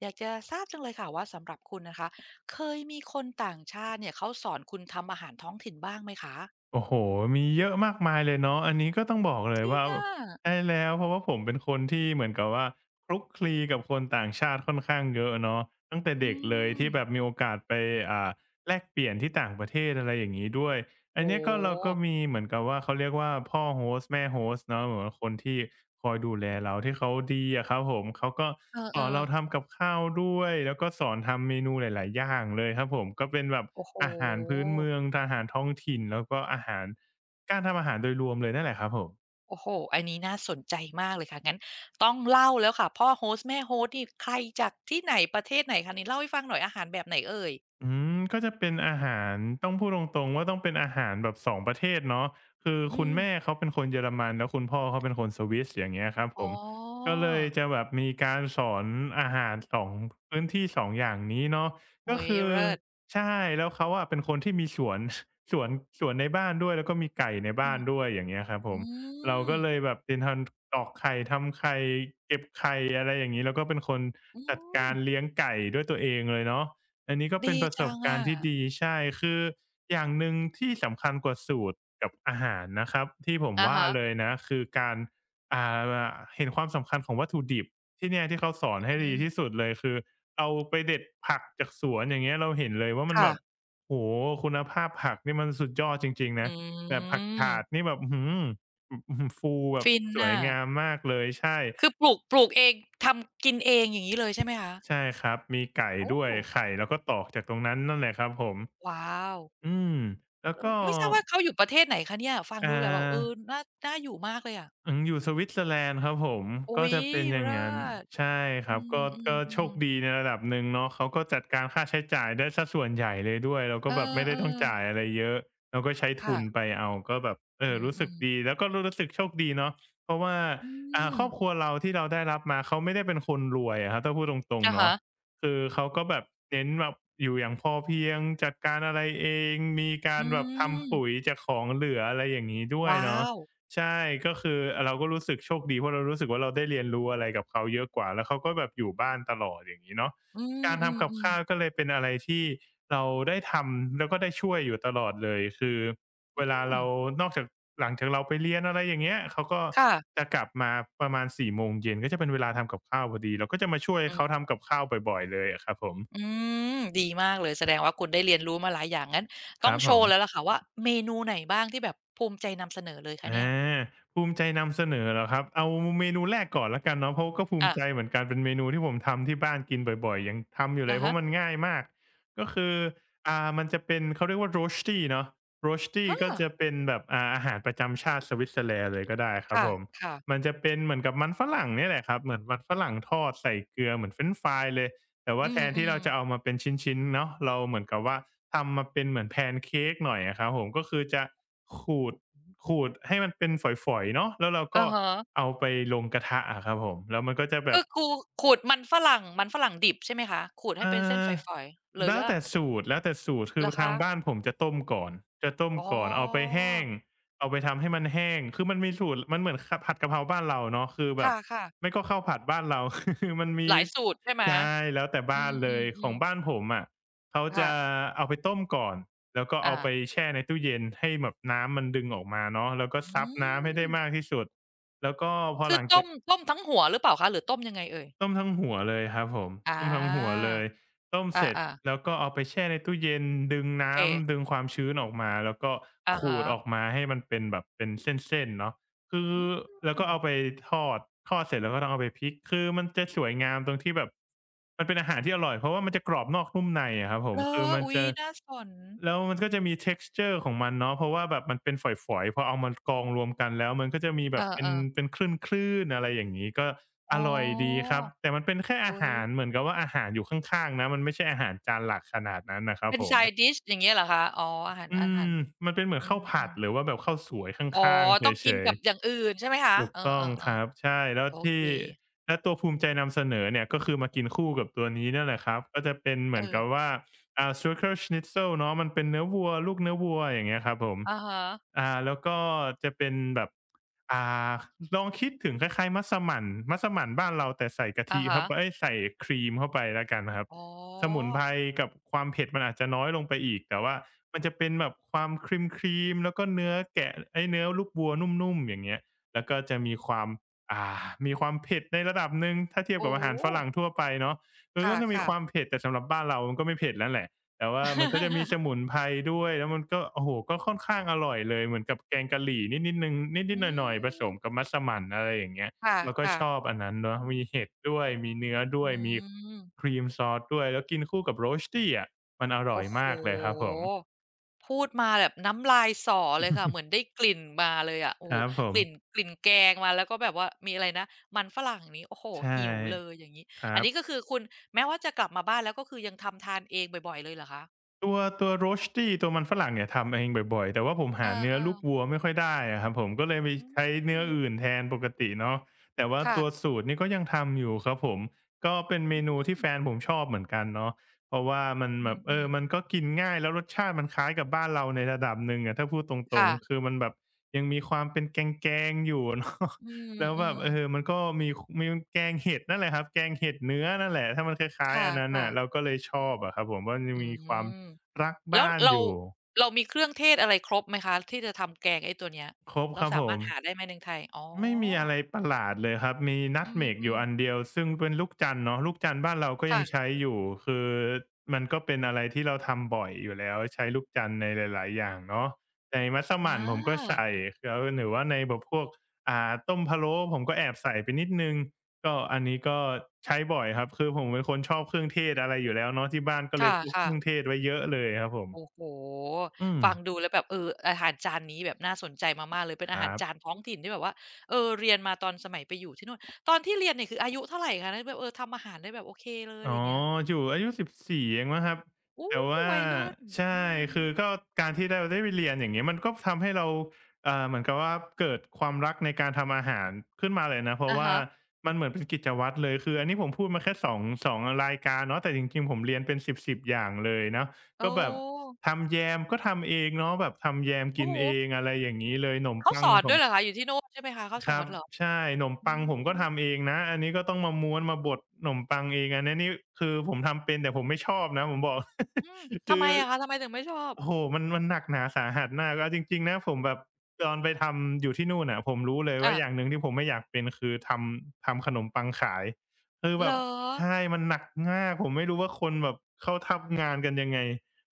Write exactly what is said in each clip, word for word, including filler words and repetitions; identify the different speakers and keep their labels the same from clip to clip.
Speaker 1: อยากจะทราบจังเลยค่ะว่าสำหรับคุณนะคะเคยมีคนต่างชาติเนี่ยเขาสอนคุณทำอาหารท้องถิ่นบ้างไหมคะ
Speaker 2: โอ้โฮมีเยอะมากมายเลยเนาะอันนี้ก็ต้องบอกเล
Speaker 1: จ
Speaker 2: ย
Speaker 1: ริง
Speaker 2: ว่า
Speaker 1: อะ
Speaker 2: ใช่แล้วเพราะว่าผมเป็นคนที่เหมือนกับว่าคลุกคลีกับคนต่างชาติค่อนข้างเยอะเนาะตั้งแต่
Speaker 1: อื
Speaker 2: เด็กเลย
Speaker 1: ม
Speaker 2: ที่แบบมีโอกาสไปอ่าแลกเปลี่ยนที่ต่างประเทศอะไรอย่างงี้ด้วย อัน
Speaker 1: โอ้
Speaker 2: เนี้ยก็เราก็
Speaker 1: โฮ
Speaker 2: มีเหมือนกับว่าเขาเรียกว่าพ่อโ o s t แม่ h o s เนาะเหมือน่คนที่คอยดูแลเราที่เขาดีอะครับผมเขาก็
Speaker 1: เอ
Speaker 2: สอน
Speaker 1: อ
Speaker 2: เรา
Speaker 1: ๆ
Speaker 2: ทำกับข้าวด้วยแล้วก็สอนทำเมนูหลายๆอย่างเลยครับผมก็เป็นแบบ
Speaker 1: โอ้โฮ
Speaker 2: อาหารพื้นเมืองอาหารท้องถิ่นแล้วก็อาหารการทำอาหารโดยรวมเลยนั่นแหละครับผม
Speaker 1: โอ้โฮอันนี้น่าสนใจมากเลยค่ะงั้นต้องเล่าแล้วค่ะพ่อโฮสต์แม่โฮสต์นี่ใครจากที่ไหนประเทศไหนคะนี่เล่าให้ฟังหน่อยอาหารแบบไหนเอ่ย
Speaker 2: อืมก็จะเป็นอาหารต้องพูดตรงๆว่าต้องเป็นอาหารแบบสองประเทศเนาะคือ
Speaker 1: อื
Speaker 2: คุณแม่
Speaker 1: ม
Speaker 2: เขาเป็นคนเยอรมันแล้วคุณพ่อเขาเป็นคนสวิสอย่างเงี้ยครับ
Speaker 1: อ๋
Speaker 2: ผม
Speaker 1: อ
Speaker 2: ก็เลยจะแบบมีการสอนอาหารสองพื้นที่สององอย่างนี้เนาะ
Speaker 1: โอ้โฮ
Speaker 2: ก็คือ
Speaker 1: เลิศ
Speaker 2: ใช่แล้วเขาอะเป็นคนที่มีสวน สวนสวนในบ้านด้วยแล้วก็มีไก่ใน
Speaker 1: อื
Speaker 2: บ้า
Speaker 1: ม
Speaker 2: นด้วยอย่างเงี้ยครับผ
Speaker 1: อื
Speaker 2: มเรา
Speaker 1: ม
Speaker 2: ก็เลยแบบเป็นทันตอกไข่ทำไข่เก็บไข่อะไรอย่างงี้แล้วก็เป็นคน
Speaker 1: อื
Speaker 2: จัด
Speaker 1: ม
Speaker 2: การเลี้ยงไก่ด้วยตัวเองเลยเนาะ อันนี้ก็เป็
Speaker 1: ดี
Speaker 2: นประส
Speaker 1: จั
Speaker 2: บ
Speaker 1: ง
Speaker 2: การ
Speaker 1: อะ
Speaker 2: ณ์ที่ดีใช่ คืออย่างหนึ่งที่สำคัญกว่าสูตรกับอาหารนะครับที่ผม
Speaker 1: อะ
Speaker 2: ว่า
Speaker 1: ฮะ
Speaker 2: เลยนะคือการอ่าเห็นความสำคัญของวัตถุดิบที่เนี่ยที่เขาสอนให้
Speaker 1: อื
Speaker 2: ดีที่สุด
Speaker 1: ม
Speaker 2: เลยคือเอาไปเด็ดผักจากสวนอย่างเงี้ยเราเห็นเลยว่ามัน
Speaker 1: ค่ะ
Speaker 2: แบบโอ้โฮคุณภาพผักนี่มันสุดยอดจริงๆ
Speaker 1: อื
Speaker 2: นะแบบผักถาด
Speaker 1: ม
Speaker 2: นี่แบบอื้อฮืออืออื้อฮือฟูแบบ
Speaker 1: ฟิน
Speaker 2: สวย
Speaker 1: น่ะ
Speaker 2: งามมากเลยใช่
Speaker 1: คือปลูกปลูกเองทำกินเองอย่างงี้เลยใช่ไหมคะ
Speaker 2: ใช่ครับมีไก่
Speaker 1: โอ้
Speaker 2: ด้วยไข่เราก็ตอกจากตรงนั้นนั่นแหละครับผม
Speaker 1: ว้าว
Speaker 2: อืมแล้ว
Speaker 1: เออ
Speaker 2: ก็
Speaker 1: ไม่ทราบว่าเขาอยู่ประเทศไหนคะเนี่ยฟัง
Speaker 2: อ่
Speaker 1: ดูแล้วแบบเออ
Speaker 2: า
Speaker 1: น่าน่าอยู่มากเลยอะ
Speaker 2: อืมอยู่สวิตเซอร์แลนด์ครับผม
Speaker 1: อุ๊
Speaker 2: ก็
Speaker 1: ย
Speaker 2: จะเป็นอย่าง
Speaker 1: เลิ
Speaker 2: นั้น
Speaker 1: ศ
Speaker 2: ใช่ค
Speaker 1: อื
Speaker 2: รับก็ก็โชค
Speaker 1: มๆ
Speaker 2: ดี
Speaker 1: ๆ
Speaker 2: ในระดับหนึ่งเนาะเขาก็จัดการค่าใช้จ่ายได้เสียส่วนใหญ่เลยด้วยเรา
Speaker 1: เอ
Speaker 2: ก็
Speaker 1: อ
Speaker 2: แบบไม่ได้ต้องจ่าย
Speaker 1: ๆ
Speaker 2: อะไรเยอะเราก็ใช้ทุนไป
Speaker 1: ค่ะ
Speaker 2: เอาก็แบบเออรู้
Speaker 1: อื
Speaker 2: สึก
Speaker 1: ม
Speaker 2: ดี
Speaker 1: ๆ
Speaker 2: แล้วก็รู้สึกโชคดีเนาะเพราะว่า
Speaker 1: อื
Speaker 2: อ่า
Speaker 1: ม
Speaker 2: ครอบครัวเราที่เราได้รับมาเขาไม่ได้เป็นคนรวยอะครับถ้าพูดตรง
Speaker 1: อะ
Speaker 2: ๆเนาะ
Speaker 1: ฮะ
Speaker 2: คือเขาก็แบบเน้นแบบอยู่อย่างพอเพียงจัดการอะไรเองมีกา
Speaker 1: อื
Speaker 2: รแบบทำปุ๋ย
Speaker 1: ม
Speaker 2: จากของเหลืออะไรอย่างงี้ด้วย
Speaker 1: ว้า
Speaker 2: เนาะ
Speaker 1: ว
Speaker 2: ใช่ก็คือเราก็รู้สึกโชคดีเพราะเรารู้สึกว่าเราได้เรียนรู้อะไรกับเขาเยอะกว่าแล้วเขาก็แบบอยู่บ้านตลอดอย่างงี้เนาะ
Speaker 1: อื
Speaker 2: การทำกับ
Speaker 1: ม
Speaker 2: ข้าว
Speaker 1: ๆ
Speaker 2: ก็เลยเป็นอะไรที่เราได้ทำแล้วก็ได้ช่วยอยู่ตลอดเลยคือ
Speaker 1: ๆอื
Speaker 2: เวลา
Speaker 1: ม
Speaker 2: เรานอกจากหลังจากเราไปเรียนอะไรอย่างเงี้ยเขาก็
Speaker 1: ค่ะ
Speaker 2: จะกลับมาประมาณสี่โมงเย็นก็จะเป็นเวลาทำกับข้าวพอดีเราก็จะมาช่วย
Speaker 1: อื
Speaker 2: เขา
Speaker 1: ม
Speaker 2: ทำกับข้าวบ่อยๆเลยอะครับผม
Speaker 1: อืมดีมากเลยแสดงว่าคุณได้เรียนรู้มาหลายอย่างงั้น
Speaker 2: ค
Speaker 1: ต้อ
Speaker 2: รั
Speaker 1: ง
Speaker 2: บ
Speaker 1: โช
Speaker 2: ผม
Speaker 1: ว์แล้วล่ะค่ะว่าเมนูไหนบ้างที่แบบภูมิใจนำเสนอเลยคะ
Speaker 2: อ
Speaker 1: เนี่ย
Speaker 2: าภูมิใจนำเสนอเหรอครับเอาเมนูแรกก่อนแล้วกันเนาะเพราะก็ภูมิ
Speaker 1: อา
Speaker 2: ใจเหมือนกันเป็นเมนูที่ผมทำที่บ้านกินบ่อยๆยังทำอยู่เล
Speaker 1: อะ
Speaker 2: ยเพ
Speaker 1: ฮะ
Speaker 2: ราะมันง่ายมากก็คืออ่ามันจะเป็นเขาเรียกว่า Rosti เนาะ Rosti
Speaker 1: อ
Speaker 2: ก็
Speaker 1: า
Speaker 2: จะเป็นแบบอ่าอาหารประจำชาติสวิตเซอร์แลนด์เลยก็ได้ค
Speaker 1: ค
Speaker 2: รับผม
Speaker 1: ่ะๆ
Speaker 2: มันจะเป็นเหมือนกับมันฝรั่งเนี่ยแหละครับเหมือนมันฝรั่งทอดใส่เกลือเหมือนเฟรนช์ฟรายเลย แต่
Speaker 1: อื
Speaker 2: ว่าแท
Speaker 1: ม
Speaker 2: นที่เราจะเอามาเป็นชิ้นๆเนาะเราเหมือนกับว่าทำมาเป็นเหมือนแพนเค้กหน่อยอะครับผมก็คือจะขูดขูดให้มันเป็นฝอยๆเนาะแล้วเรา
Speaker 1: ๆอะ
Speaker 2: ก็
Speaker 1: ฮะ
Speaker 2: เอาไปลงกระทะอะครับผมแล้วมันก็จะแบ
Speaker 1: คื
Speaker 2: บ
Speaker 1: อคูขูดมันฝรั่งมันฝรั่งดิบใช่ไหมคะขูดให้
Speaker 2: อ่
Speaker 1: เป็นเส้นฝ
Speaker 2: า
Speaker 1: อยๆเลยห
Speaker 2: แล้
Speaker 1: รื
Speaker 2: ว
Speaker 1: อว่า
Speaker 2: แต่สูตรแล้วแต่สูตรคื
Speaker 1: เหร
Speaker 2: อ
Speaker 1: อ
Speaker 2: ทา
Speaker 1: คะ
Speaker 2: งบ้านผมจะต้มก่อน จะต้ม
Speaker 1: อ๋อ
Speaker 2: ก่อนเอาไปแห้ง เอาไปทำให้มันแห้ง คือมันมีสูตรมันเหมือนขผัดกะเพราบ้านเราเนาะคือแบบ
Speaker 1: ค่ะ
Speaker 2: ไม่ก็ข้าวผัดบ้านเรา คือมัน
Speaker 1: ๆ
Speaker 2: มี
Speaker 1: หลายสูตรใช่ไหม
Speaker 2: ใช่แล้วแต่
Speaker 1: อื
Speaker 2: บ้านเลย ขอ
Speaker 1: ม
Speaker 2: ง
Speaker 1: ๆๆ
Speaker 2: บ้านผมอะเขา
Speaker 1: ค่ะ
Speaker 2: จะเอาไปต้มก่อน แล้วก็
Speaker 1: อา
Speaker 2: เอาไปแช่ในตู้เย็นให้แบบน้ำมันดึงออกมาเนาะแล้วก็
Speaker 1: อ
Speaker 2: ซับน้ำให้ได้
Speaker 1: ืม
Speaker 2: มากที่สุดแล้วก็พอ
Speaker 1: คื
Speaker 2: ห
Speaker 1: อ
Speaker 2: ลัง
Speaker 1: ต้
Speaker 2: จาก
Speaker 1: มต้มทั้งหัวหรือเปล่าคะหรือต้มยังไงเอ่ย
Speaker 2: ต้มทั้งหัวเลยครับผม
Speaker 1: อา
Speaker 2: ต้มทั้งหัวเลยต้ม
Speaker 1: อ
Speaker 2: เสร็จ
Speaker 1: าๆโ
Speaker 2: แล้วก็เอาไปแช่ในตู้เย็นดึง
Speaker 1: อเค
Speaker 2: น้ำดึงความชื้นออกมาแล้วก็
Speaker 1: อะ
Speaker 2: ขู
Speaker 1: ฮะ
Speaker 2: ดออกมาให้มันเป็นแบบเป็นเส้นๆเนาะ คือ
Speaker 1: อื
Speaker 2: แล้วก็
Speaker 1: ม
Speaker 2: เอาไปทอดทอดเสร็จแล้วก็ต้องเอาไปพริกคือมันจะสวยงามตรงที่แบบมันเป็นอาหารที่อร่อยเพราะว่ามันจะกรอบนอกนุ่มในอะครับผ
Speaker 1: เห
Speaker 2: ม
Speaker 1: รอ
Speaker 2: คือมัน
Speaker 1: อุ๊ย
Speaker 2: จะ
Speaker 1: น่าสน
Speaker 2: แล้วมันก็จะมี texture ของมันเนาะเพราะว่าแบบมันเป็นฝอยๆพอเอามากองรวมกันแล้วมันก็จะมีแบ
Speaker 1: เอ
Speaker 2: บเป็น
Speaker 1: อๆ
Speaker 2: เป็นคลื่นๆอะไรอย่างงี้ก็อ
Speaker 1: อ๋
Speaker 2: ร่อยดีค
Speaker 1: อ
Speaker 2: รับแต่มันเป็นแค่อา
Speaker 1: อุ๊ย
Speaker 2: หารเหมือนกับว่าอาหารอยู่ข้างๆนะมันไม่ใช่อาหารจานหลักขนาดนั้นน่ะครับ
Speaker 1: เป็น
Speaker 2: ผม
Speaker 1: side dish อย่างเงี้ยเหรอคะอ๋ออาหาร
Speaker 2: อื
Speaker 1: อา
Speaker 2: ม
Speaker 1: หาร
Speaker 2: มันเป็นเหมือน
Speaker 1: อื
Speaker 2: ข้าวผัด
Speaker 1: มๆ
Speaker 2: หรือว่าแบบข้าวสวยข
Speaker 1: อ๋อ
Speaker 2: ้างๆเ
Speaker 1: ต้อง
Speaker 2: ฉ
Speaker 1: กิน
Speaker 2: ย
Speaker 1: กับอ
Speaker 2: ๆ
Speaker 1: ย่างอื่นใช่ไหมคะ
Speaker 2: ถูก
Speaker 1: เออ
Speaker 2: ต้องครับ
Speaker 1: ๆ
Speaker 2: ใช่แล้
Speaker 1: ๆ
Speaker 2: ว
Speaker 1: โอเค
Speaker 2: ที่และตัวภูมิใจนำเสนอเนี่ยก็คือมากินคู่กับตัวนี้เนี่ยแหละครับก็จะเป็นเห
Speaker 1: เอ
Speaker 2: มือน
Speaker 1: อ
Speaker 2: กับว่าอ่า Schweizer Schnitzel เนาะมันเป็นเนื้อวัวลูกเนื้อวัวอย่างเงี้ยครับผม
Speaker 1: อะฮะ
Speaker 2: อ่าแล้วก็จะเป็นแบบอ่าลองคิดถึงคล้ายๆมัสมั่นมัสมั่นบ้านเราแต่ใส่กะ
Speaker 1: อะ
Speaker 2: ทิ
Speaker 1: ฮะ
Speaker 2: เข้าไปเอ๊ยใส่ครีมเข้าไปแล้วกันครับ
Speaker 1: อ๋อ
Speaker 2: สมุนไพรกับความเผ็ดมันอาจจะน้อยลงไปอีกแต่ว่ามันจะเป็นแบบความครีมๆแล้วก็เนื้อแกะเอ๊ยเนื้อลูกวัวนุ่มๆอย่างเงี้ย แล้วก็จะมีความอ่ามีความเผ็ดในระดับหนึ่งถ้าเทียบกั
Speaker 1: โอ้
Speaker 2: บอาหาร
Speaker 1: โฮ
Speaker 2: ฝรั่งทั่วไปเนาะมั
Speaker 1: ค
Speaker 2: นก็จะมี
Speaker 1: ่ะ
Speaker 2: ควา
Speaker 1: ๆ
Speaker 2: มเผ็ดแต่สำหรับบ้านเรามันก็ไม่เผ็ดแล้วแหละแต่ว่ามันก็จะมีส มุนไพรด้วยแล้วมันก็โอ้โฮก็ค่อนข้างอร่อยเลยเหมือนกับแกงกะหรี่นิดๆหนึ่งนิ
Speaker 1: อื
Speaker 2: ดๆหน่อยๆผส
Speaker 1: ม
Speaker 2: มกับมัสมั่นอะไรอย่างเงี้ย
Speaker 1: ค
Speaker 2: เราก็
Speaker 1: ่ะ
Speaker 2: ช
Speaker 1: ๆ
Speaker 2: อบอันนั้นเนาะมีเห็ดด้วยมีเนื้อด้
Speaker 1: อื
Speaker 2: วยมี
Speaker 1: ม
Speaker 2: ครีมซอสด้วยแล้วกินคู่กับ Roastie อะมันอร่อ
Speaker 1: โอ้
Speaker 2: ย
Speaker 1: โฮ
Speaker 2: มากเลยครับผม
Speaker 1: พูดมาแบบน้ำลายส่อเลยค่ะเหมือนได้กลิ่นมาเลยอะโอ้
Speaker 2: ค
Speaker 1: โฮ
Speaker 2: รับผ
Speaker 1: ก
Speaker 2: ม
Speaker 1: ลิ่นกลิ่นแกงมาแล้วก็แบบว่ามีอะไรนะมันฝรั่งนี้โอ้โฮ
Speaker 2: ใช่
Speaker 1: หิวเลยอย่างงี้
Speaker 2: ครั
Speaker 1: อันนี้ก็
Speaker 2: บ
Speaker 1: คือคุณแม้ว่าจะกลับมาบ้านแล้วก็คือยังทำทานเองบ่อยๆเลยเหรอคะ
Speaker 2: ตัวตัว Roasty ตัวมันฝรั่งเนี่ยทำเองบ่อยๆแต่ว่าผม
Speaker 1: เอ
Speaker 2: หาเนื้อ
Speaker 1: อ
Speaker 2: ลูกวัว
Speaker 1: ๆ
Speaker 2: ไม่ค่อยได้อะครับผมก็เลยไป
Speaker 1: อื
Speaker 2: ใช้เนื้ออื่
Speaker 1: ม
Speaker 2: นแทนปกติเนาะแต่ว่า
Speaker 1: ค่ะ
Speaker 2: ตัวสูตรนี่ก็ยังทำอยู่ครับผมก็เป็นเม
Speaker 1: อื
Speaker 2: นูที่
Speaker 1: ม
Speaker 2: แฟนผมชอบเหมือนกันเนาะเพราะว่ามัน
Speaker 1: อื
Speaker 2: แบบเอ
Speaker 1: ม
Speaker 2: อมัน
Speaker 1: ๆ
Speaker 2: ก็กินง่ายแล้วรสชาติมันคล้ายกับบ้านเราในระดับหนึ่งอะถ้าพูดตรง
Speaker 1: ค่ะ
Speaker 2: ๆคือมันแบบยังมีความเป็นแกงๆอยู่เนาะ
Speaker 1: อื
Speaker 2: แล้วแบบ
Speaker 1: ม
Speaker 2: เออ
Speaker 1: ๆ
Speaker 2: มันก็มีคมีแกงเห็ดนั่นแหละครับแกงเห็ดเนื้อนั่นแหละถ้ามันค
Speaker 1: ค
Speaker 2: ล้ายๆอันนั้น
Speaker 1: ่ะ
Speaker 2: น่ะ
Speaker 1: ๆ
Speaker 2: เราก็เลยชอบอะครับผมว่ามันจะ
Speaker 1: อื
Speaker 2: มีความ
Speaker 1: ม
Speaker 2: รัก
Speaker 1: แล้ว
Speaker 2: บ้าน
Speaker 1: เรา
Speaker 2: อยู่
Speaker 1: เรามีเครื่องเทศอะไรครบไหมคะที่จะทำแกงไอ้ตัวเนี้ย
Speaker 2: ครบค
Speaker 1: เรา
Speaker 2: รับ
Speaker 1: สา
Speaker 2: ผ
Speaker 1: มาร
Speaker 2: ม
Speaker 1: ถหาได้ไหมในไทยอ๋อ
Speaker 2: ไม่มีอะไรประหลาดเลยครับมี
Speaker 1: อื
Speaker 2: Nutmeg อ
Speaker 1: ม
Speaker 2: ยู่อันเดียวซึ่งเป็นลูกจันทร์เนาะลูกจันทร์บ้านเราก็
Speaker 1: ๆ
Speaker 2: ยั
Speaker 1: ค่ะ
Speaker 2: งใช้อยู่คือมันก็เป็นอะไรที่เราทำบ่อยอยู่แล้วใช้ลูกจันทร์ในหลายๆอย่างเนาะในมัส
Speaker 1: อ
Speaker 2: มั่นผมก็
Speaker 1: า
Speaker 2: ใส่แล้วหรือว่าในแบบพวกอ่าต้มพะโล้ผมก็แอบใส่ไปนิดหนึ่งก็อันนี้ก็ใช้บ่อยครับคือผมเป็นคนชอบเครื่องเทศอะไรอยู่แล้วเนาะที่บ้านก็
Speaker 1: ค
Speaker 2: เลยพกเค
Speaker 1: ่ะ
Speaker 2: รื่องเท
Speaker 1: ๆ
Speaker 2: ศไว้เยอะเลยครับผม
Speaker 1: โอ้โฮ
Speaker 2: อืม
Speaker 1: ฟังดูแล้วแบบเอออาหารจานนี้แบบน่าสนใจมากๆเลย เป็น
Speaker 2: ค
Speaker 1: อาหา
Speaker 2: รั
Speaker 1: รจาน
Speaker 2: บ
Speaker 1: ท้องถิ่นที่แบบว่าเออเรียนมาตอนสมัยไปอยู่ที่นู่นตอนที่เรียนเนี่ยคืออายุเท่าไรคะแล้วแบบเออทำอาหารได้แบบโอเคเลย
Speaker 2: อ๋
Speaker 1: อะ
Speaker 2: อ
Speaker 1: ไรอย่างเงี้ย
Speaker 2: อยู่อายุสิบสี่เองมั้งครับ
Speaker 1: โอ้
Speaker 2: แต่ว่า
Speaker 1: วัยรุ่น
Speaker 2: ใช่
Speaker 1: อืม
Speaker 2: คือก็การที่เราได้ไปเรียนอย่างเงี้ยมันก็ทำให้เราเอ่อเหมือนกับว่าเกิดความรักในการทำอาหารขึ้นมาเลยนะเพราะ
Speaker 1: อะ
Speaker 2: ว่า
Speaker 1: ฮะ
Speaker 2: มันเหมือนเป็นกิจวัตรเลยคืออันนี้ผมพูดมาแค่ สอง- งสองรายการเนาะแต่จริงๆผมเรียนเป็นสิบๆอย่างเลยเนาะ
Speaker 1: อ๋อ
Speaker 2: ก็แบบทำแยมก็ทำเองเนาะแบบทำแยมกิ
Speaker 1: โอ้
Speaker 2: นเอ
Speaker 1: โฮ
Speaker 2: งอะไรอย่างงี้เลยขนม
Speaker 1: เขา
Speaker 2: ปั
Speaker 1: ส
Speaker 2: ง
Speaker 1: อน
Speaker 2: ผ
Speaker 1: ด้ว
Speaker 2: ม
Speaker 1: ยเหรอคะอยู่ที่นู่นใช่ไหมคะเขาส
Speaker 2: ค
Speaker 1: อ
Speaker 2: รั
Speaker 1: น
Speaker 2: บ
Speaker 1: เหรอ
Speaker 2: ใช่ขนม
Speaker 1: อื
Speaker 2: ปัง
Speaker 1: ม
Speaker 2: ผมก็ทำเองนะอันนี้ก็ต้องมาม้วนมาบดขนมปังเองอันนั้นนี่คือผมทำเป็นแต่ผมไม่ชอบนะผมบอก
Speaker 1: อืม ทำ
Speaker 2: คื
Speaker 1: ไม
Speaker 2: อ
Speaker 1: อะคะทำไมถึงไม่ชอบ
Speaker 2: โอ้โฮมันมันหนักหนาสาหัสมากเอาจริงๆนะผมแบบตอนไปทำอยู่ที่นู่นน่ะผมรู้เลยว่าอ
Speaker 1: อา
Speaker 2: ย่างหนึ่งที่ผมไม่อยากเป็นคือทำทำขนมปังขายคือ
Speaker 1: เห
Speaker 2: แบ
Speaker 1: ร
Speaker 2: บ
Speaker 1: อ
Speaker 2: ใช่มันหนักมากผมไม่รู้ว่าคนแบบเขาทำงานกันยังไง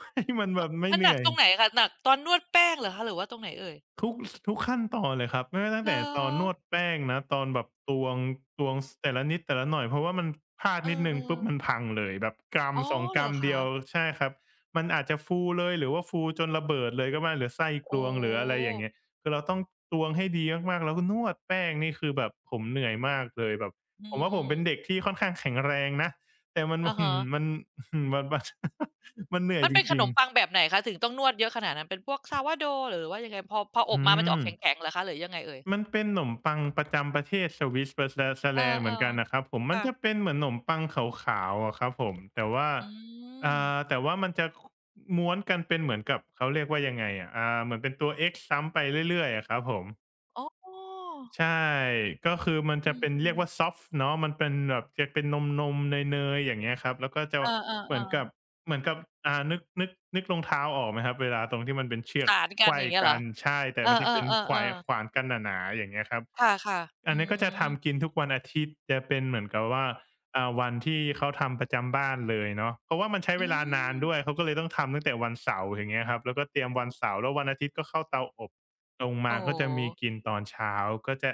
Speaker 2: ให้มันแบบไม่
Speaker 1: มัน
Speaker 2: เห
Speaker 1: หนั
Speaker 2: นื่
Speaker 1: ก
Speaker 2: อย
Speaker 1: ตรงไหนคะหนักตอนนวดแป้งเหรอคะหรือว่าตรงไหนเอ่ย
Speaker 2: ทุกทุกขั้นตอนเลยครับไม่ว่าตั้ง
Speaker 1: เหร
Speaker 2: แต่
Speaker 1: อ
Speaker 2: ตอนนวดแป้งนะตอนแบบตวงตวงสแต่ละนิดแต่ละหน่อยเพราะว่ามันพลาด
Speaker 1: เออ
Speaker 2: นิดหนึ่งปุ๊บมัน
Speaker 1: ๆ
Speaker 2: พังเลยแบบกรัม
Speaker 1: อ๋อ
Speaker 2: สองก
Speaker 1: เหร
Speaker 2: รั
Speaker 1: อ
Speaker 2: มเดี
Speaker 1: คะ
Speaker 2: ยวใช่ครับมันอาจจะฟูเลยหรือว่าฟูจนระเบิดเลยก็ได้หรือไส้ก
Speaker 1: โอ
Speaker 2: รวงหรืออะไร
Speaker 1: ้
Speaker 2: อย่างเงี้ยคือเราต้องตวงให้ดีมากๆแล้วก็นวดแป้งนี่คือแบบผมเหนื่อยมากเลยแบบ
Speaker 1: อื
Speaker 2: ผมว่าผม
Speaker 1: ม
Speaker 2: เป็นเด็
Speaker 1: ๆ
Speaker 2: กที่ค่อนข้างแข็งแรงนะแต่มัน
Speaker 1: อะ
Speaker 2: อื้อฮือ
Speaker 1: ฮะ
Speaker 2: มัน อื้อฮือมันมัน มันเหนื่อย
Speaker 1: มัน
Speaker 2: จ
Speaker 1: เป็นข
Speaker 2: ริ
Speaker 1: น
Speaker 2: ง
Speaker 1: มปังแบบไหนคะถึงต้องนวดเยอะขนาดนั้นเป็นพวก sourdough หรือว่ายังไงพอพออ
Speaker 2: ๆ
Speaker 1: บ
Speaker 2: อื
Speaker 1: มามันจะออ
Speaker 2: ม
Speaker 1: กแข็งๆเหรอคะหรือยังไงเอ่ย
Speaker 2: มันเป็นหนมปังประจำประเทศสวิสเบอร์ส
Speaker 1: เอ
Speaker 2: แล
Speaker 1: อ
Speaker 2: นด์เหมือนกันนะครับผม
Speaker 1: ๆ
Speaker 2: มันจะ
Speaker 1: ค่ะ
Speaker 2: เป็นเหมือนขนมปังขาวๆอะครับผมแต่ว่า
Speaker 1: อื
Speaker 2: อ่
Speaker 1: ม
Speaker 2: าแต่ว่ามันจะม้วนกันเป็นเหมือนกับเขาเรียกว่ายังไงอะอ่าเหมือนเป็นตัว X ซ้ำไปเรื่อยๆอะครับผม
Speaker 1: อ๋อ
Speaker 2: ใช่ก็คือมัน
Speaker 1: อื
Speaker 2: จะเป็นเรีย
Speaker 1: ม
Speaker 2: กว่า
Speaker 1: ๆ
Speaker 2: ซอฟต์เนาะมันเป็นแบบจะเป็นนมๆเนยๆอย่างเงี้ยครับแล้วก็จะ
Speaker 1: เอ
Speaker 2: เหมือน
Speaker 1: อ
Speaker 2: กั
Speaker 1: ๆ
Speaker 2: บ
Speaker 1: ๆ
Speaker 2: เหมือนกับอ่านึกนึกนึกรองเท้าออกไหมครับเวลาตรงที่มันเป็นเชือก
Speaker 1: สาน
Speaker 2: ไข
Speaker 1: กัน
Speaker 2: ว้
Speaker 1: อย่างเงี้ยเหร
Speaker 2: กั
Speaker 1: อ
Speaker 2: นใช่แต่
Speaker 1: เอ
Speaker 2: มันจะเป็น
Speaker 1: อ
Speaker 2: ขวาย
Speaker 1: ๆๆๆ
Speaker 2: ขวานกันหนาๆอย่างเงี้ยครับ
Speaker 1: ค่ะๆ
Speaker 2: อั
Speaker 1: อื
Speaker 2: นนี้ก็จะ
Speaker 1: ม
Speaker 2: ทำกินทุกวันอาทิตย์จะเป็นเหมือนกับว่าอ่าวันที่เขาทำประจำบ้านเลยเนาะเพราะว่ามันใช้เว
Speaker 1: อื
Speaker 2: ลานาน
Speaker 1: ม
Speaker 2: ด้วยเขาก็เลยต้องทำตั้งแต่วันเสาร์อย่างเงี้ยครับแล้วก็เตรียมวันเสาร์แล้ววันอาทิตย์ก็เข้าเตาอบลง
Speaker 1: โอ้
Speaker 2: มา
Speaker 1: โฮ
Speaker 2: ก็จะมีกินตอนเช้าก็จะ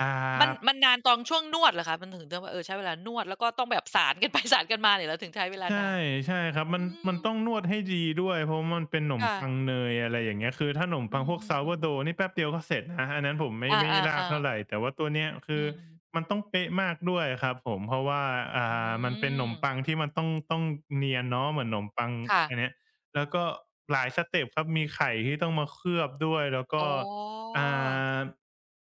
Speaker 2: อ่
Speaker 1: มัน
Speaker 2: า
Speaker 1: มันนานตอนช่วงนวดเหรอคะมันถึงจะแบบเออใช้เวลานวดแล้วก็ต้องแบบสานกันไป สานกันมาเนี่ยเหรอถึงใช้เวลานา
Speaker 2: ใช่
Speaker 1: น
Speaker 2: ใช่ครับมั
Speaker 1: อื
Speaker 2: นมัน
Speaker 1: ม
Speaker 2: ต้องนวดให้ดีด้วยเพราะมันเป็นหนมปัง
Speaker 1: ค่ะ
Speaker 2: เนยอะไรอย่างเงี้ยคือถ้าหนม
Speaker 1: อื
Speaker 2: ปัง
Speaker 1: ม
Speaker 2: พวก
Speaker 1: อืมอม
Speaker 2: Sourdough นี่แป๊บเดียวก็เสร็จนะอันนั้นผมไม่
Speaker 1: อา
Speaker 2: ไม่ลากเท่า
Speaker 1: ๆ
Speaker 2: ไร
Speaker 1: ๆ
Speaker 2: แต่ว่าตัวเนี้ย
Speaker 1: อื
Speaker 2: คือ
Speaker 1: ม
Speaker 2: มันต้องเป๊ะมากด้วยครับผมเพราะว่าอ่
Speaker 1: อื
Speaker 2: ามันเป็นหน
Speaker 1: ม
Speaker 2: มปังที่มันต้องต้องเนียนเนาะเหมือนหนมปัง
Speaker 1: ค่ะ
Speaker 2: อันเนี้ยแล้วก็หลายสเต็ปครับมีไข่ที่ต้องมาเคลือบด้วยแล้วก็
Speaker 1: อ๋อ
Speaker 2: อ่า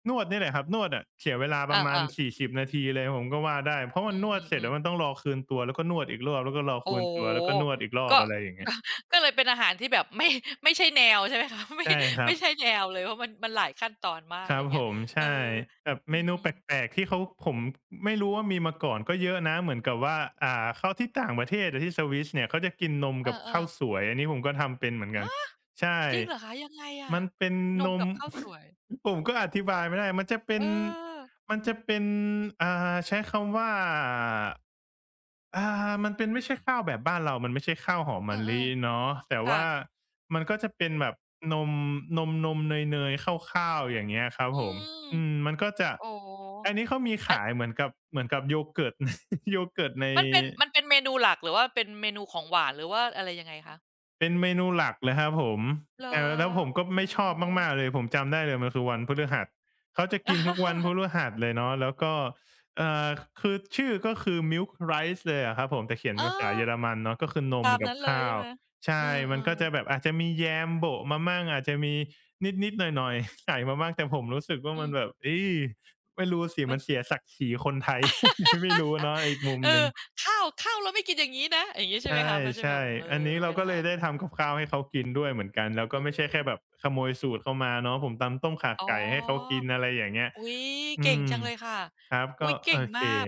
Speaker 2: นวดนี่แหละครับนวดอะเสียเวลา
Speaker 1: อ
Speaker 2: ประมาณ
Speaker 1: าๆ
Speaker 2: สี่สิบนาทีเลยผมก็ว่าได้เพราะ
Speaker 1: อื
Speaker 2: มันนวด
Speaker 1: ม
Speaker 2: เสร็จแล้
Speaker 1: ๆ
Speaker 2: วมันต้อ
Speaker 1: ๆ
Speaker 2: งรอคืนตัวแล้วก็นวดอีกรอบแล้วก็รอ
Speaker 1: โอ้
Speaker 2: คืน
Speaker 1: โ
Speaker 2: ตัวแล้วก็นว
Speaker 1: ฮ
Speaker 2: ดอีกรอบ
Speaker 1: ก็
Speaker 2: อะไรอย่างเงี้ ย
Speaker 1: ก็ก็เลยเป็นอาหารที่แบบไม่ ไม่ใช่แนวใช่ไหมคะ ไม่
Speaker 2: ใช่ครับ
Speaker 1: ไม่ใช่แนวเลยเพราะมันมันหลายขั้นตอนมาก
Speaker 2: ค
Speaker 1: อะไร
Speaker 2: รั
Speaker 1: อ
Speaker 2: บ
Speaker 1: ย่าง
Speaker 2: ผ
Speaker 1: เงี้ย
Speaker 2: ม
Speaker 1: เอ
Speaker 2: ใช่
Speaker 1: อ
Speaker 2: แบบเม
Speaker 1: อื
Speaker 2: นูแป
Speaker 1: มๆ
Speaker 2: ลกๆที่เขาผมไม่รู้ว่ามีมาก่อนก็เยอะนะเหมือนกับว่าอ่าข้าวที่ต่างประเทศอะที่สวิสเนี่ยเขาจะกินนม
Speaker 1: เอ
Speaker 2: กับ
Speaker 1: อ
Speaker 2: ข้าวส
Speaker 1: ๆ
Speaker 2: วยอันนี้ผมก็ทำเป็นเหมือนกัน
Speaker 1: ฮะ
Speaker 2: ใช่
Speaker 1: จริงเหรอคะยังไงอะ
Speaker 2: มันเป็น
Speaker 1: น
Speaker 2: น
Speaker 1: ม
Speaker 2: ม
Speaker 1: กับข้าวสวย
Speaker 2: ผมก็อธิบายไม่ได้มันจะเป็
Speaker 1: เออ
Speaker 2: นมันจะเป็นอ่าใช้คำว่า อามันเป็นไม่ใช่ข้าวแบบบ้านเรา มันไม่ใช่ข้าวหอม
Speaker 1: เอ
Speaker 2: มะ
Speaker 1: อ
Speaker 2: ลิเนาะแต่
Speaker 1: ๆค่ะ
Speaker 2: ว่ามันก็จะเป็นแบบนมนมนมเนยๆข้าวๆอย่างเงี้ยครับ
Speaker 1: อื
Speaker 2: ผม
Speaker 1: ม
Speaker 2: อืมมันก็จะ
Speaker 1: โอ้โฮ
Speaker 2: อันนี้เขามี
Speaker 1: อัน
Speaker 2: ขายเหมือนกับเหมือนกับโยเกิร์ต โยเกิร์ตใน
Speaker 1: มันเป็นมันเป็นเมนูหลักหรือว่าเป็นเมนูของหวานหรือว่าอะไรยังไงคะ
Speaker 2: เป็นเมนูหลักเลยครับผม
Speaker 1: เหรอ
Speaker 2: แต่แล้วผมก็ไม่
Speaker 1: โอ้
Speaker 2: ชอ
Speaker 1: โฮ
Speaker 2: บมากๆเลยผมจำได้เลยมันคือวันพฤหัสเขาจะกินทุกวันพฤหัสเลยเนาะแล้วก็เอ่อคือชื่อก็คือ milk rice เลยอะครับผมแต่เขียน
Speaker 1: เอ
Speaker 2: ภาษา
Speaker 1: อ
Speaker 2: เยอรมันเนาะก็คือนม
Speaker 1: ตาม
Speaker 2: กับ
Speaker 1: นั้นเลย
Speaker 2: ข้า
Speaker 1: ใช่
Speaker 2: ว
Speaker 1: ไหมเอ
Speaker 2: ใช่
Speaker 1: อ
Speaker 2: มันก็จะ
Speaker 1: ๆ
Speaker 2: แบบอาจจะมีแยมโบะมามั่งอาจจะมีนิดๆหน่อยๆใส่มาบ้างแต่ผมรู้สึกว่า
Speaker 1: อื
Speaker 2: มันแบ
Speaker 1: ม
Speaker 2: บอีไม่รู้สิ
Speaker 1: มัน
Speaker 2: มันเสียศักดิ์ศรีคนไทย ไม่รู้เนาะอีกมุม
Speaker 1: เอ
Speaker 2: หนึ่
Speaker 1: อ
Speaker 2: ง
Speaker 1: ข้าวข้าวเราไม่กินอย่างงี้นะอย่างงี้ใช่ไหม
Speaker 2: ใช่
Speaker 1: คะมันจะแบ
Speaker 2: ใช่
Speaker 1: บเออ
Speaker 2: อันนี้เรา
Speaker 1: ไม่
Speaker 2: ก็เล
Speaker 1: ทา
Speaker 2: ย
Speaker 1: น
Speaker 2: ได้ทำกับข้าวให้เขากินด้วยเหมือนกัน แล้วก็
Speaker 1: อื
Speaker 2: ไม่ใช่
Speaker 1: ม
Speaker 2: แค่แบบขโมยสูตรเข้ามาเนาะผมตำต้มข่า
Speaker 1: อ๋
Speaker 2: ไก่ให้เขา
Speaker 1: อ
Speaker 2: กินอะไรอย่างเงี้ย
Speaker 1: อุ๊ย
Speaker 2: อื
Speaker 1: เก่ง
Speaker 2: ม
Speaker 1: จังเลยค่ะ
Speaker 2: ครับก็
Speaker 1: อุ๊ย
Speaker 2: โอ
Speaker 1: เก่ง
Speaker 2: เค
Speaker 1: มาก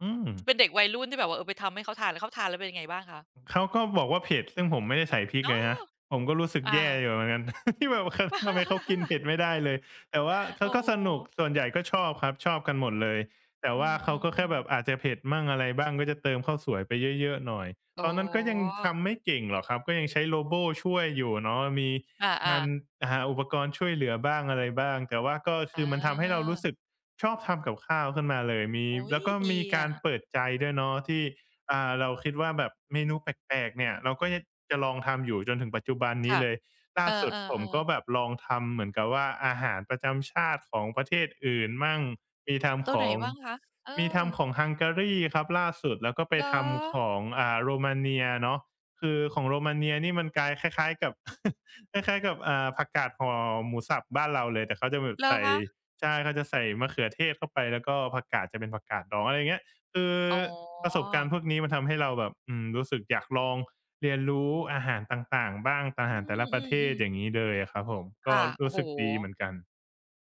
Speaker 2: อืม
Speaker 1: เป็นเด็กวัยรุ่นที่แบบว่าเออไปทำให้เขาทานแล้วเขาทานแล้วเป็นยังไงบ้างคะ
Speaker 2: เขาก็บอกว่าเผ็ดซึ่งผมไม่ได้ใส่พริก
Speaker 1: อ๋
Speaker 2: เลยนะ
Speaker 1: อ
Speaker 2: ผมก็รู้สึก
Speaker 1: อ้า
Speaker 2: แย่
Speaker 1: ว
Speaker 2: อยู่เหมือนกัน ที่แบบ ทำไมเขากินเผ็ ดไม่ได้เลยแต่ว่าเขา
Speaker 1: โอ้
Speaker 2: ก็
Speaker 1: โฮ
Speaker 2: สนุกส่วนใหญ่ก็ชอบครับชอบกันหมดเลยแต่
Speaker 1: อื
Speaker 2: ว่าเขาก็แค่แบ
Speaker 1: ม
Speaker 2: บอา
Speaker 1: ๆๆ
Speaker 2: จจะเผ็ดมั่งอะไรบ้างก็จะเติมข้าวสวยไปเยอะๆหน่อย
Speaker 1: อ๋
Speaker 2: ตอ
Speaker 1: อ
Speaker 2: นนั้นก็ยังทำไม่เก่งหรอกครับก็ยังใช้ Robo ช่วยอยู่เนาะมี
Speaker 1: อา
Speaker 2: งาน
Speaker 1: ๆ
Speaker 2: หาอุปกรณ์ช่วยเหลือบ้างอะไรบ้างแต่ว่าก็คือ
Speaker 1: อา
Speaker 2: มันทำให้เรารู้สึกชอบทำกับข้าวขึ้นมาเลยมี
Speaker 1: อุ๊ย
Speaker 2: แล้วก็
Speaker 1: ดี
Speaker 2: มีกา
Speaker 1: อะ
Speaker 2: รเปิดใจด้วยเนาะที่ อ่าเราคิดว่าแบบเมนูแปลกๆเนี่ยเราก็ยังจะลองทำอยู่จนถึงปัจจุบันนี้
Speaker 1: ค่ะ
Speaker 2: เลยล่า
Speaker 1: เออ
Speaker 2: สุด
Speaker 1: เออ
Speaker 2: ผ
Speaker 1: เอ
Speaker 2: ม
Speaker 1: อ
Speaker 2: ก็แบบลองทำเหมือนกับว่าอาหารประจำชาติของประเทศอื่นมั่งมีทำ
Speaker 1: ตั
Speaker 2: ข
Speaker 1: วไหน
Speaker 2: อง
Speaker 1: บ้างคะเอ
Speaker 2: มี
Speaker 1: อ
Speaker 2: ทำของฮังการีครับล่าสุดแล้วก็ไป
Speaker 1: เหรอ
Speaker 2: ทำของอ่าโรมาเนียเนาะคือของโรมาเนียนี่มันกลายคล้ายๆกับ คล้ายๆกับอ่าผักกาดห่อหมูสับบ้านเราเลยแต่เขาจะแบบ
Speaker 1: เหรอ
Speaker 2: ใส่
Speaker 1: คะ
Speaker 2: ใช่เขาจะใส่มะเขือเทศเข้าไปแล้วก็ผักกาดจะเป็นผักกาดดองอะไรอย่างเงี้ยคือ
Speaker 1: อ๋
Speaker 2: ประส
Speaker 1: อ
Speaker 2: บการณ์พวกนี้มันทำให้เราแบบอืมรู้สึกอยากลองเรียนรู้อาหารต่างๆบ้างอา
Speaker 1: อื
Speaker 2: หารแต่ละประเทศ
Speaker 1: ม
Speaker 2: อย่าง
Speaker 1: ๆ
Speaker 2: งี้เลยอะครับผม
Speaker 1: ๆ
Speaker 2: ก็
Speaker 1: ค่ะโอ้
Speaker 2: รู้
Speaker 1: โฮ
Speaker 2: สึกดีเหมือนกัน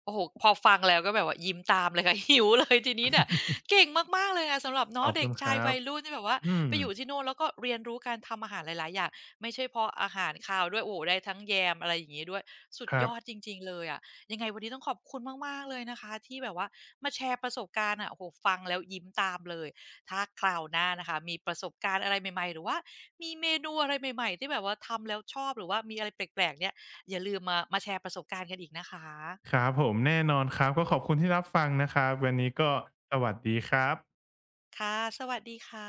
Speaker 1: โอ้โฮพอฟังแล้วก็แบบว่ายิ้มตามเลยค่ะ หิวเลยทีนี้เนี่ยเก่งมากๆเลยอะสำหรับ
Speaker 2: ข
Speaker 1: เนาะ
Speaker 2: อบ
Speaker 1: เด็
Speaker 2: คุ
Speaker 1: ก
Speaker 2: ณค
Speaker 1: ชาย
Speaker 2: รั
Speaker 1: วั
Speaker 2: บ
Speaker 1: ยรุ่นที่แบบว่า
Speaker 2: อืม
Speaker 1: ไปอยู่ที่นู่นแล้วก็เรียนรู้การทำอาหารหลายๆอย่างไม่ใช่เพราะอาหารคาวด้วยโอ้โฮได้ทั้งแยมอะไรอย่างงี้ด้วยสุด
Speaker 2: ค
Speaker 1: ย
Speaker 2: รับ
Speaker 1: อดจริงๆเลยอะยังไงวันนี้ต้องขอบคุณมากๆเลยนะคะที่แบบว่ามาแชร์ประสบการณ์อะโอ้โฮฟังแล้วยิ้มตามเลยถ้าคราวหน้านะคะมีประสบการณ์อะไรใหม่ๆหรือว่ามีเมนูอะไรใหม่ๆที่แบบว่าทำแล้วชอบหรือว่ามีอะไรแปลกๆเนี่ยอย่าลืมมามาแชร์ประสบการณ์กันอีกนะค
Speaker 2: ค
Speaker 1: ะ
Speaker 2: รับผมแน่นอนครับก็ขอบคุณที่รับฟังนะครับวันนี้ก็สวัสดีครับ
Speaker 1: ค่ะ สวัสดีค่ะ